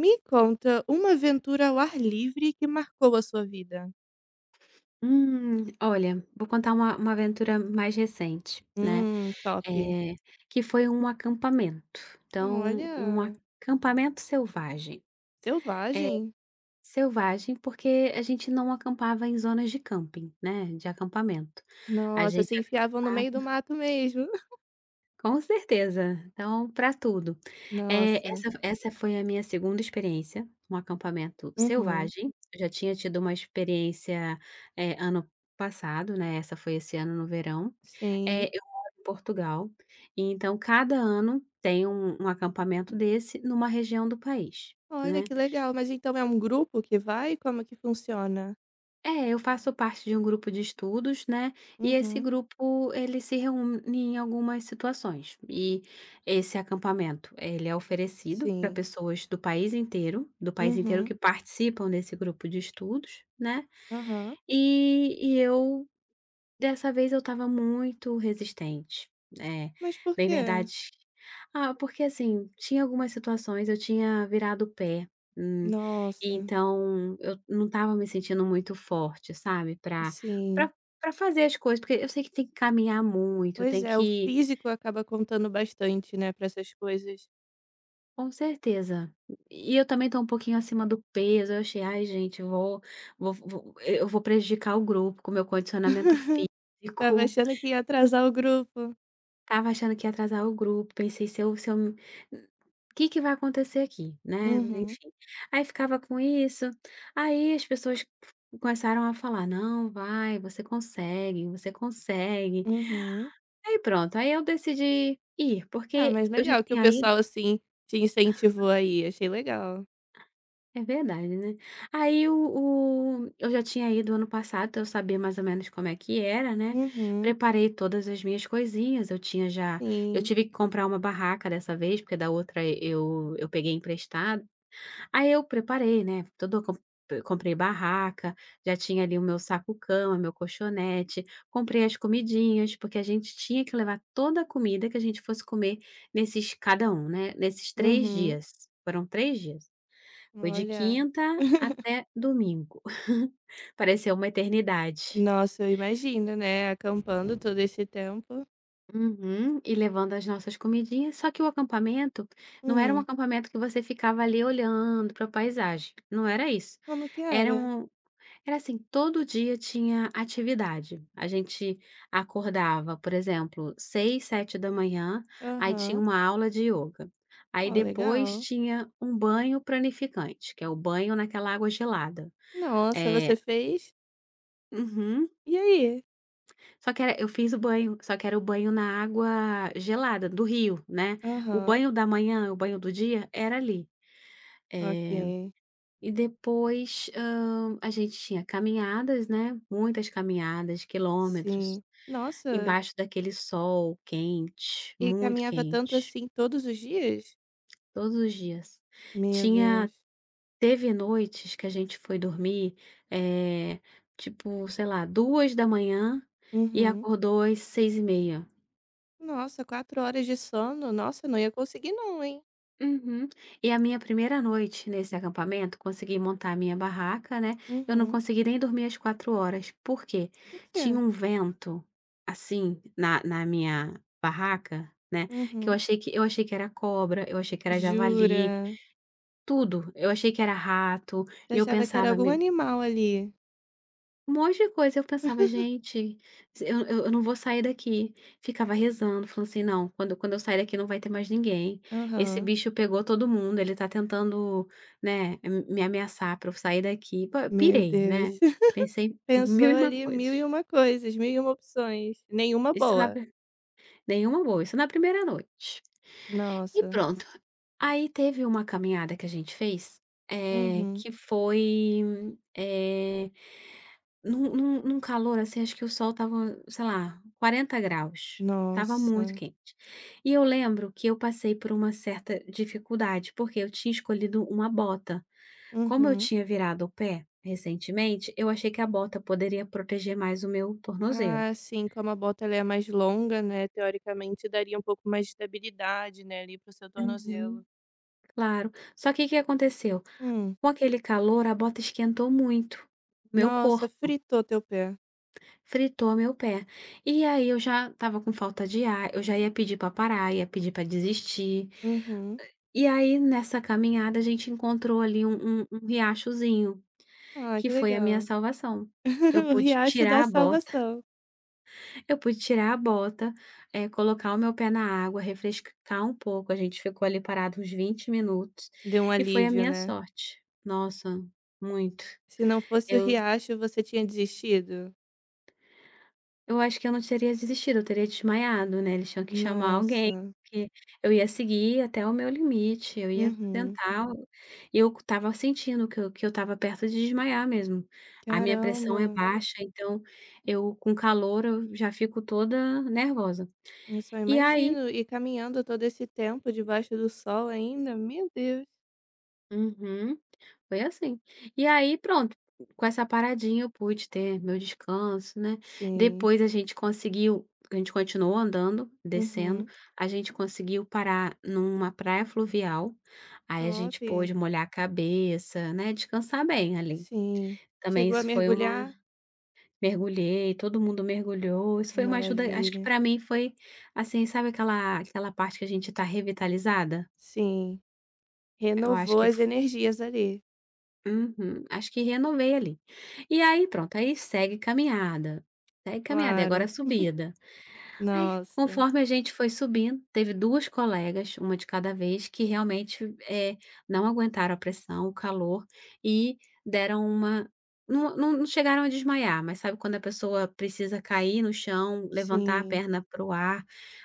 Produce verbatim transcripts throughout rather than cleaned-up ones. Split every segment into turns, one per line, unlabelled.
Me conta uma aventura ao ar livre que marcou a sua vida.
Hum, olha, vou contar uma uma aventura mais recente, né,
Hum, top.
eh, que foi um acampamento. Então, um
Olha,
acampamento selvagem.
selvagem.
Selvagem, porque a gente não acampava em zonas de camping, né, de acampamento. A
Nossa,
gente
se enfiavam no
acampava.
meio do mato mesmo.
Com certeza. Então, para tudo. Eh,
Nossa.
essa essa foi a minha segunda experiência um acampamento
Uhum.
selvagem. Eu já tinha tido uma experiência, eh, ano passado, né, essa foi esse ano no verão.
Sim.
Eh, eu moro em Portugal, e então cada ano tem um um acampamento desse numa região do país,
Olha
né.
que legal. Mas então é um grupo que vai? Como que funciona?
É, eu faço parte de um grupo de estudos, né, e esse
Uhum.
grupo ele se reúne em algumas situações. E esse acampamento, ele é oferecido para
Sim.
pessoas do país inteiro do país inteiro
Uhum.
que participam desse grupo de estudos, né,
Aham.
e e eu Dessa vez eu estava muito resistente, é,
Mas por
bem
quê?
verdade, ah, porque assim, tinha algumas situações, eu tinha virado o pé, hum,
Nossa.
e então eu não estava me sentindo muito forte, sabe, pra
Sim.
pra pra fazer as coisas, porque eu sei que tem que caminhar muito,
Pois
tem
é, o
que
físico acaba contando bastante, né, para essas coisas.
com certeza. E eu também tô um pouquinho acima do peso, eu achei: "Ai gente, eu vou vou vou eu vou prejudicar o grupo com o meu condicionamento físico".
Tava achando que ia atrasar o grupo.
Tava achando que ia atrasar o grupo, pensei: "Se eu se eu O que que vai acontecer aqui?", né,
Uhum,
enfim. Aí ficava com isso, aí as pessoas começaram a falar: "Não, vai, você consegue, você consegue".
uhum.
Aí pronto, aí eu decidi ir,
Ah,
porque
mas
eu já
legal que o
tinha ido.
pessoal, assim, te incentivou aí. Achei legal.
É verdade, né. Aí o o eu já tinha ido ano passado, então eu sabia mais ou menos como é que era, né.
Uhum,
Preparei todas as minhas coisinhas, eu tinha já eu
sim.
tive que comprar uma barraca dessa vez, porque da outra eu eu peguei emprestado. Aí eu preparei, né, todo comp comprei barraca, já tinha ali o meu saco-cama, meu colchonete, comprei as comidinhas, porque a gente tinha que levar toda a comida que a gente fosse comer nesses cada um, né, nesses três
Uhum.
dias. Foram três dias. Foi de
Olha.
quinta até domingo. Pareceu uma eternidade.
Nossa, eu imagino, né, acampando todo esse tempo.
Uhum, e levando as nossas comidinhas, só que o acampamento não era um
Hum,
acampamento que você ficava ali olhando para a paisagem, não era isso.
como que
Era
era?
um Era assim, todo dia tinha atividade. A gente acordava, por exemplo, seis, sete da manhã. Aí tinha
Aham.
uma aula de yoga. Aí
Ó,
depois
legal.
tinha um banho planificante, que é o banho naquela água gelada.
Nossa,
É,
você fez?
uhum.
E aí?
Só que era Eu fiz o banho, só que era o banho na água gelada do rio, né. O
Aham,
banho da manhã, o banho do dia era ali. Eh,
ok.
e depois, hã, a gente tinha caminhadas, né, muitas caminhadas, quilômetros,
Sim. Nossa,
embaixo daquele sol quente,
e
muito
caminhava tanto
quente,
assim todos os dias?
todos os dias.
Meu
Tinha
Deus.
Teve noites que a gente foi dormir, eh, tipo, sei lá, duas da manhã e
Uhum.
acordou às seis e meia.
Nossa, quatro horas de sono? Nossa, não ia conseguir não, hein.
Uhum. E a minha primeira noite nesse acampamento, consegui montar a minha barraca, né? Eu não
Uhum.
consegui nem dormir as quatro horas, porque
Por quê?
tinha um vento assim na, na minha barraca, né? Que eu
Uhum.
achei que eu achei que era cobra, eu achei que era javali,
Jura?
tudo. Eu achei que era rato.
Você
E eu
achava que era
pensava,
algum animal ali.
um monte de coisa, eu pensava: "Gente, eu eu eu não vou sair daqui". Ficava rezando, falando assim: "Não, quando quando eu sair daqui não vai ter mais ninguém. Esse
Aham.
bicho pegou todo mundo, ele tá tentando, né, m me ameaçar pra eu sair daqui". Pô, eu
Meu
pirei,
Deus.
né, pensei mil
Pensou
e uma
ali mil e
coisas.
uma coisas, mil e uma opções, nenhuma
Isso na
boa.
pri Nenhuma boa, isso na primeira noite. E
Nossa.
pronto. Aí teve uma caminhada que a gente fez, eh,
Uhum.
que foi, eh, num num num calor, assim, acho que o sol estava, sei lá, quarenta graus. Tava muito
Nossa.
quente. E eu lembro que eu passei por uma certa dificuldade, porque eu tinha escolhido uma bota. Como eu
Uhum.
tinha virado o pé recentemente, eu achei que a bota poderia proteger mais o meu tornozelo.
Ah, sim, como a bota ela é mais longa, né, teoricamente daria um pouco mais de estabilidade, né, ali para o seu
Uhum,
tornozelo.
claro. Só que o que aconteceu?
Hum.
Com aquele calor, a bota esquentou muito o meu
Nossa,
corpo.
fritou teu pé.
Fritou meu pé. E aí eu já estava com falta de ar, eu já ia pedir pra parar, ia pedir pra desistir.
Uhum.
E aí nessa caminhada a gente encontrou ali um um um riachozinho,
Ah,
que
que
foi a minha
legal.
salvação. Eu
O
pude
riacho da
tirar a bota
salvação.
Eu pude tirar a bota, eh, colocar o meu pé na água, refrescar um pouco, a gente ficou ali parado uns vinte minutos,
Deu um
e foi a
alívio,
minha
né.
sorte. Nossa, muito.
Se não fosse o
Eu
riacho, você tinha desistido?
Eu acho que eu não teria desistido, eu teria desmaiado, né, eles tinham que chamar alguém,
Nossa.
porque eu ia seguir até o meu limite, eu ia
Uhum.
tentar e eu estava sentindo que eu que eu estava perto de desmaiar mesmo. A minha pressão
Caramba,
é baixa, então eu com calor eu já fico toda nervosa.
eu só
E aí
imagino. E caminhando todo esse tempo debaixo do sol ainda, meu Deus.
Uhum. Foi assim. E aí pronto, com essa paradinha eu pude ter meu descanso, né.
Sim.
Depois a gente conseguiu a gente continuou andando, descendo,
Uhum.
a gente conseguiu parar numa praia fluvial, aí a
Top.
gente pôde molhar a cabeça, né, descansar bem ali.
Sim.
Também
Chegou a
isso foi uma
mergulhar?
Mergulhei, todo mundo mergulhou, isso foi uma ajuda acho que
Maravilha.
para mim foi, assim, sabe aquela aquela parte que a gente tá revitalizada?
Sim.
Eu acho
Renovou
que
as energias ali.
Uhum, acho que renovei ali. E aí pronto, aí segue caminhada, segue caminhada, e agora é
Claro.
subida. Aí
Nossa.
conforme a gente foi subindo, teve duas colegas, uma de cada vez, que realmente, eh, não aguentaram a pressão, o calor e deram uma não não não chegaram a desmaiar, mas sabe quando a pessoa precisa cair no chão, levantar a
Sim.
perna para o ar,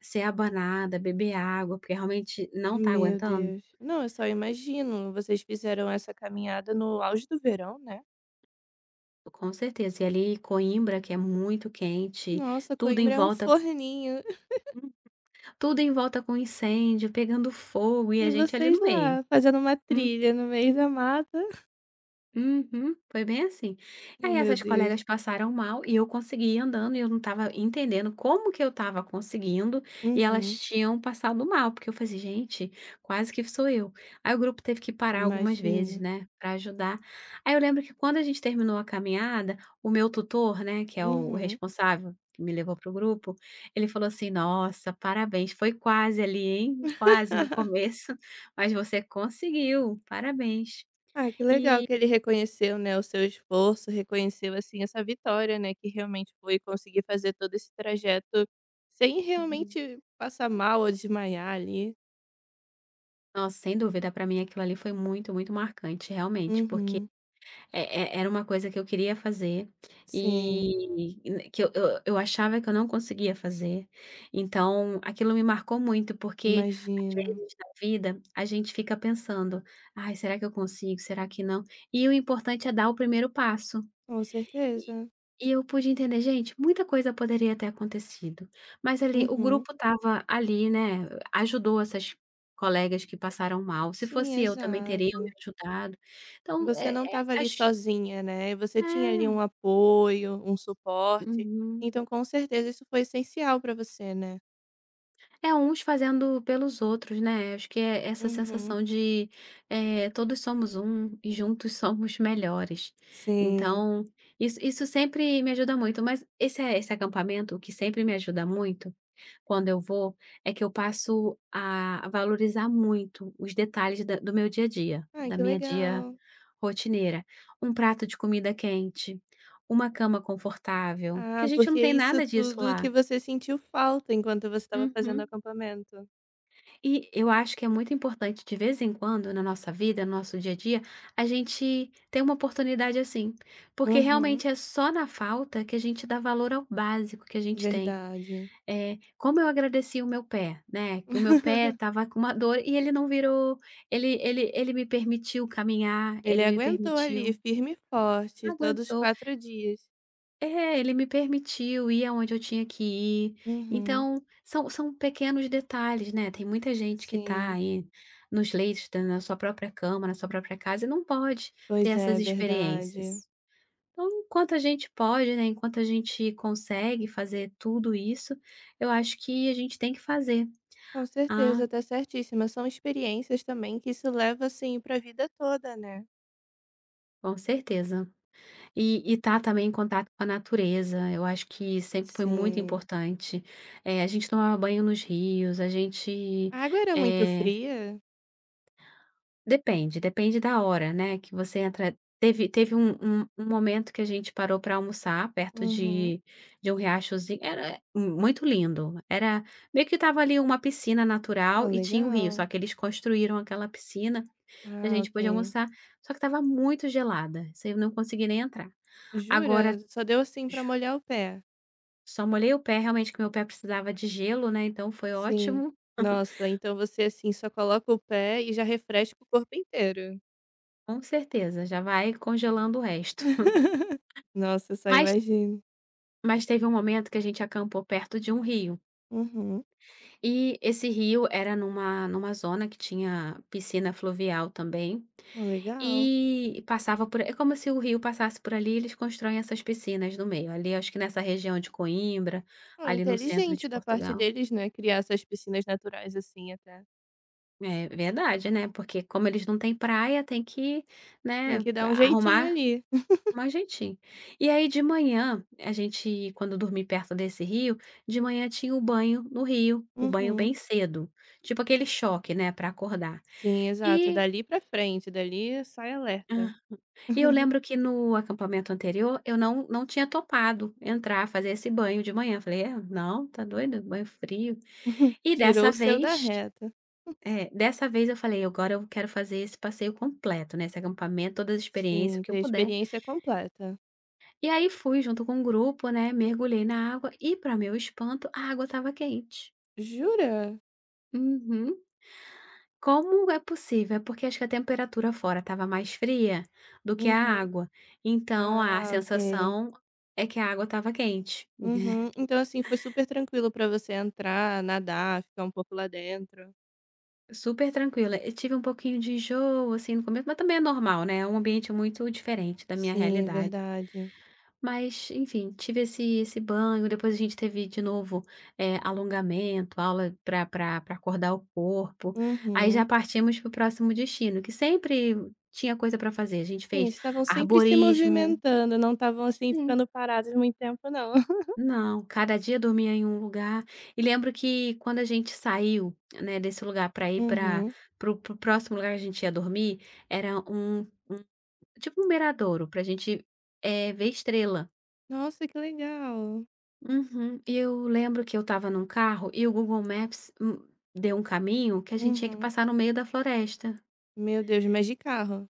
ser abanada, beber água, porque realmente não está
Meu
aguentando?
Deus. Não, eu só imagino, vocês fizeram essa caminhada no auge do verão, né.
Com certeza. E ali Coimbra, que é muito quente,
Nossa,
tudo em
Coimbra é um
volta
forninho.
tudo em volta com incêndio, pegando fogo e
E
a gente ali
vocês
no meio.
lá, fazendo uma trilha no meio da mata.
Uhum, foi bem assim.
Oh,
Aí
meu
essas
Deus.
colegas passaram mal e eu consegui ir andando e eu não estava entendendo como que eu estava conseguindo e elas
Uhum.
tinham passado mal, porque eu falei assim: "Gente, quase que sou eu". Aí o grupo teve que parar algumas vezes,
Imagina.
né, para ajudar. Aí eu lembro que quando a gente terminou a caminhada, o meu tutor, né, que é o
Uhum.
responsável, que me levou para o grupo, ele falou assim: "Nossa, parabéns, foi quase ali, hein, quase no começo, mas você conseguiu, parabéns".
Ah, que legal
E
que ele reconheceu, né, o seu esforço, reconheceu, assim, essa vitória, né, que realmente foi conseguir fazer todo esse trajeto sem
Uhum.
realmente passar mal ou desmaiar ali.
Nossa, sem dúvida, para mim aquilo ali foi muito, muito marcante, realmente, porque
Uhum.
é é era uma coisa que eu queria fazer
Sim,
e e que eu eu eu achava que eu não conseguia fazer, então aquilo me marcou muito, porque às
imagino.
vezes na vida a gente fica pensando: "Ai, será que eu consigo? Será que não?" E o importante é dar o primeiro passo.
Com
E
certeza.
e eu pude entender, gente, muita coisa poderia ter acontecido, mas ali o
Uhum.
grupo estava ali, né, ajudou essas colegas que passaram mal, se
Sim,
fosse eu também teria me
exato.
ajudado. Então,
Você
é
não
eh,
estava ali
acho
sozinha, né, você tinha ali
é,
um apoio, um suporte,
uhum.
então com certeza isso foi essencial para você, né.
É uns fazendo pelos outros, né, acho que é essa
Uhum.
sensação de, eh, todos somos um e juntos somos melhores.
Sim.
Então, isso isso sempre me ajuda muito, mas esse é, esse acampamento, o que sempre me ajuda muito quando eu vou, é que eu passo a valorizar muito os detalhes da do meu dia a dia,
Ah,
da
que
minha dia
legal.
rotineira. Um prato de comida quente, uma cama confortável, que
Ah,
a gente não
porque
tem
isso
nada disso
tudo que
lá.
você sentiu falta enquanto você estava fazendo
Uhum.
acampamento.
E eu acho que é muito importante, de vez em quando, na nossa vida, no nosso dia a dia, a gente ter uma oportunidade assim, porque
Uhum.
realmente é só na falta que a gente dá valor ao básico que a gente tem.
Verdade.
Eh, como eu agradeci o meu pé, né, que o meu pé estava com uma dor e ele não virou, ele ele ele me permitiu caminhar,
Ele
ele me
aguentou ali
permitiu
firme e forte todos os
aguentou.
quatro dias.
É, ele me permitiu ir aonde eu tinha que ir.
Uhum.
Então, são são pequenos detalhes, né, tem muita gente que tá
Sim.
aí nos leitos da na sua própria cama, na sua própria casa e não pode ter
Pois é,
essas
verdade.
experiências. Então, enquanto a gente pode, né, enquanto a gente consegue fazer tudo isso, eu acho que a gente tem que fazer.
Com
Ah,
certeza, tá certíssima. São experiências também que isso leva, assim, pra vida toda, né.
com certeza. E e tá também em contato com a natureza, eu acho que sempre foi muito
Sim.
importante. Eh, a gente tomava banho nos rios, a gente,
A água era muito
eh
fria?
depende, depende da hora, né, que você entra. Teve teve um um um momento que a gente parou para almoçar perto
Uhum.
de de um riachozinho, era muito lindo, era meio que estava ali uma piscina
Oh,
natural e tinha o rio, só
legal.
que eles construíram aquela piscina, e a
Ah,
gente pôde
ok.
almoçar, só que estava muito gelada, isso aí eu não consegui nem entrar. Agora
Jura? Só deu, assim, pra molhar o pé?
só molhei o pé, realmente, que meu pé precisava de gelo, né, então foi
Sim.
ótimo.
Nossa, então você, assim, só coloca o pé e já refresca o corpo inteiro.
Com certeza, já vai congelando o resto.
Nossa, eu só
Mas
imagino.
mas teve um momento que a gente acampou perto de um rio,
Uhum.
e esse rio era numa numa zona que tinha piscina fluvial também,
Ah, legal.
e passava por é como se o rio passasse por ali, eles constroem essas piscinas no meio, ali acho que nessa região de Coimbra,
Ah,
ali no centro
inteligente
de
da parte
Portugal.
deles, né, criar essas piscinas naturais assim até.
É verdade, né, porque como eles não têm praia, tem que,
Tem
né,
que dar um jeitinho
arrumar
ali.
mais jeitinho. E aí de manhã, a gente quando dormir perto desse rio, de manhã tinha o banho no rio, o banho
Uhum.
bem cedo, tipo aquele choque, né, para acordar.
Sim, exato.
E
Dali pra frente, dali sai alerta.
hã, e eu lembro que no acampamento anterior, eu não não tinha topado entrar, fazer esse banho de manhã, falei: "É, não, tá doido, banho frio". E
Tirou
dessa
o seu da
vez
reta.
é, dessa vez eu falei: "Agora eu quero fazer esse passeio completo, né, esse acampamento, todas as experiências, o
Sim,
que eu
ter
puder".
experiência completa.
E aí fui junto com um grupo, né, mergulhei na água e, para meu espanto, a água estava quente.
Jura?
Uhum. Como é possível? É porque acho que a temperatura fora estava mais fria do que a
Uhum.
água, então a
Ah, ok.
sensação é que a água estava quente.
Uhum. Então, assim, foi super tranquilo pra você entrar, nadar, ficar um pouco lá dentro.
Super tranquila. Eu tive um pouquinho de enjoo, assim, no começo, mas também é normal, né, é um ambiente muito diferente da minha
Sim,
realidade.
verdade.
Mas, enfim, tive esse esse banho, depois a gente teve de novo, eh, alongamento, aula para pra pra acordar o corpo, aí
Uhum.
já partimos para o próximo destino, que sempre tinha coisa para fazer, a gente
Sim,
fez
estavam sempre se
arborismo,
movimentando, não estavam, assim,
sim.
ficando parados muito tempo não.
Não, cada dia dormia em um lugar, e lembro que quando a gente saiu, né, desse lugar para ir para
Uhum.
o para o próximo lugar que a gente ia dormir, era um um tipo um miradouro para a gente, eh, ver estrela.
Nossa, que legal.
Uhum. Eu lembro que eu estava num carro e o Google Maps, hum, deu um caminho que a gente tinha que
Uhum.
passar no meio da floresta,
Meu Deus, mas de carro?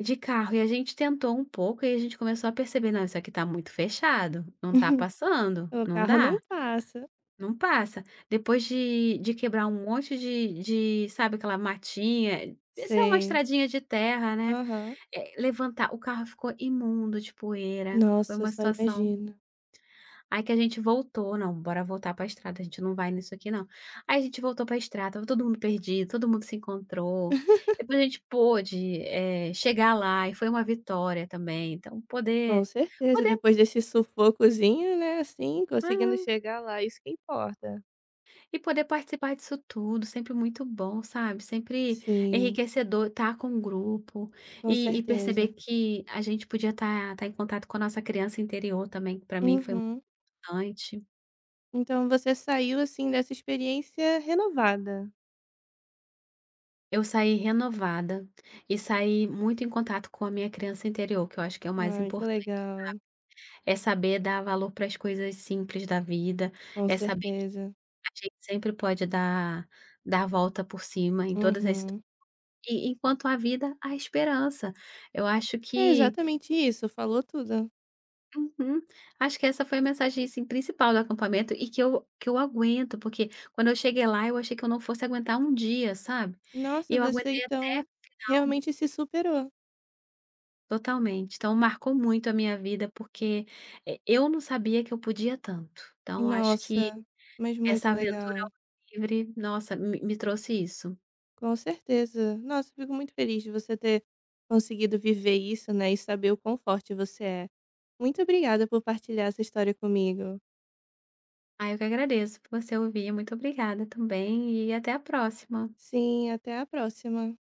de carro, e a gente tentou um pouco e a gente começou a perceber: "Não, isso aqui tá muito fechado, não tá passando,
O
não
carro
dá,
não passa.
não passa". Depois de de quebrar um monte de de sabe aquela matinha, isso é uma
Sei.
estradinha de terra, né,
Aham.
eh, levantar o carro ficou imundo de poeira, foi
Nossa, eu
uma
só
situação.
imagino.
Aí que a gente voltou: "Não, bora voltar pra estrada, a gente não vai nisso aqui não". Aí a gente voltou pra estrada, estava todo mundo perdido, todo mundo se encontrou. Depois a gente pôde, eh, chegar lá e foi uma vitória também. Então
Com
poder
certeza,
poder
depois desse sufocozinho, né, assim, conseguindo
aham.
chegar lá, isso que importa.
E poder participar disso tudo, sempre muito bom, sabe. Sempre
Sim,
enriquecedor estar com o grupo
com
e e perceber
certeza.
que a gente podia estar estar em contato com a nossa criança interior também, que pra mim foi
Uhum.
importante.
Então você saiu, assim, dessa experiência renovada.
Eu saí renovada e saí muito em contato com a minha criança interior, que eu acho que é o mais
Ai, que
importante.
legal.
É saber dar valor para as coisas simples da vida,
Com
é saber que
certeza.
a gente sempre pode dar dar a volta por cima em todas as situações
Uhum.
e enquanto há vida, há esperança. Eu acho
É
que
exatamente isso, falou tudo.
uhum, acho que essa foi a mensagem, assim, principal do acampamento e que eu que eu aguento, porque quando eu cheguei lá, eu achei que eu não fosse aguentar um dia, sabe. E
Nossa,
eu
você
aguentei até
então realmente se superou.
totalmente. Então marcou muito a minha vida, porque, eh, eu não sabia que eu podia tanto. Então acho que
Nossa, mas muito
essa aventura
legal.
ao livre, nossa, me me trouxe isso.
Com certeza. Nossa, eu fico muito feliz de você ter conseguido viver isso, né, e saber o quão forte você é. Muito obrigada por partilhar essa história comigo.
Ah, eu que agradeço por você ouvir, muito obrigada também e até a próxima.
Sim, até a próxima.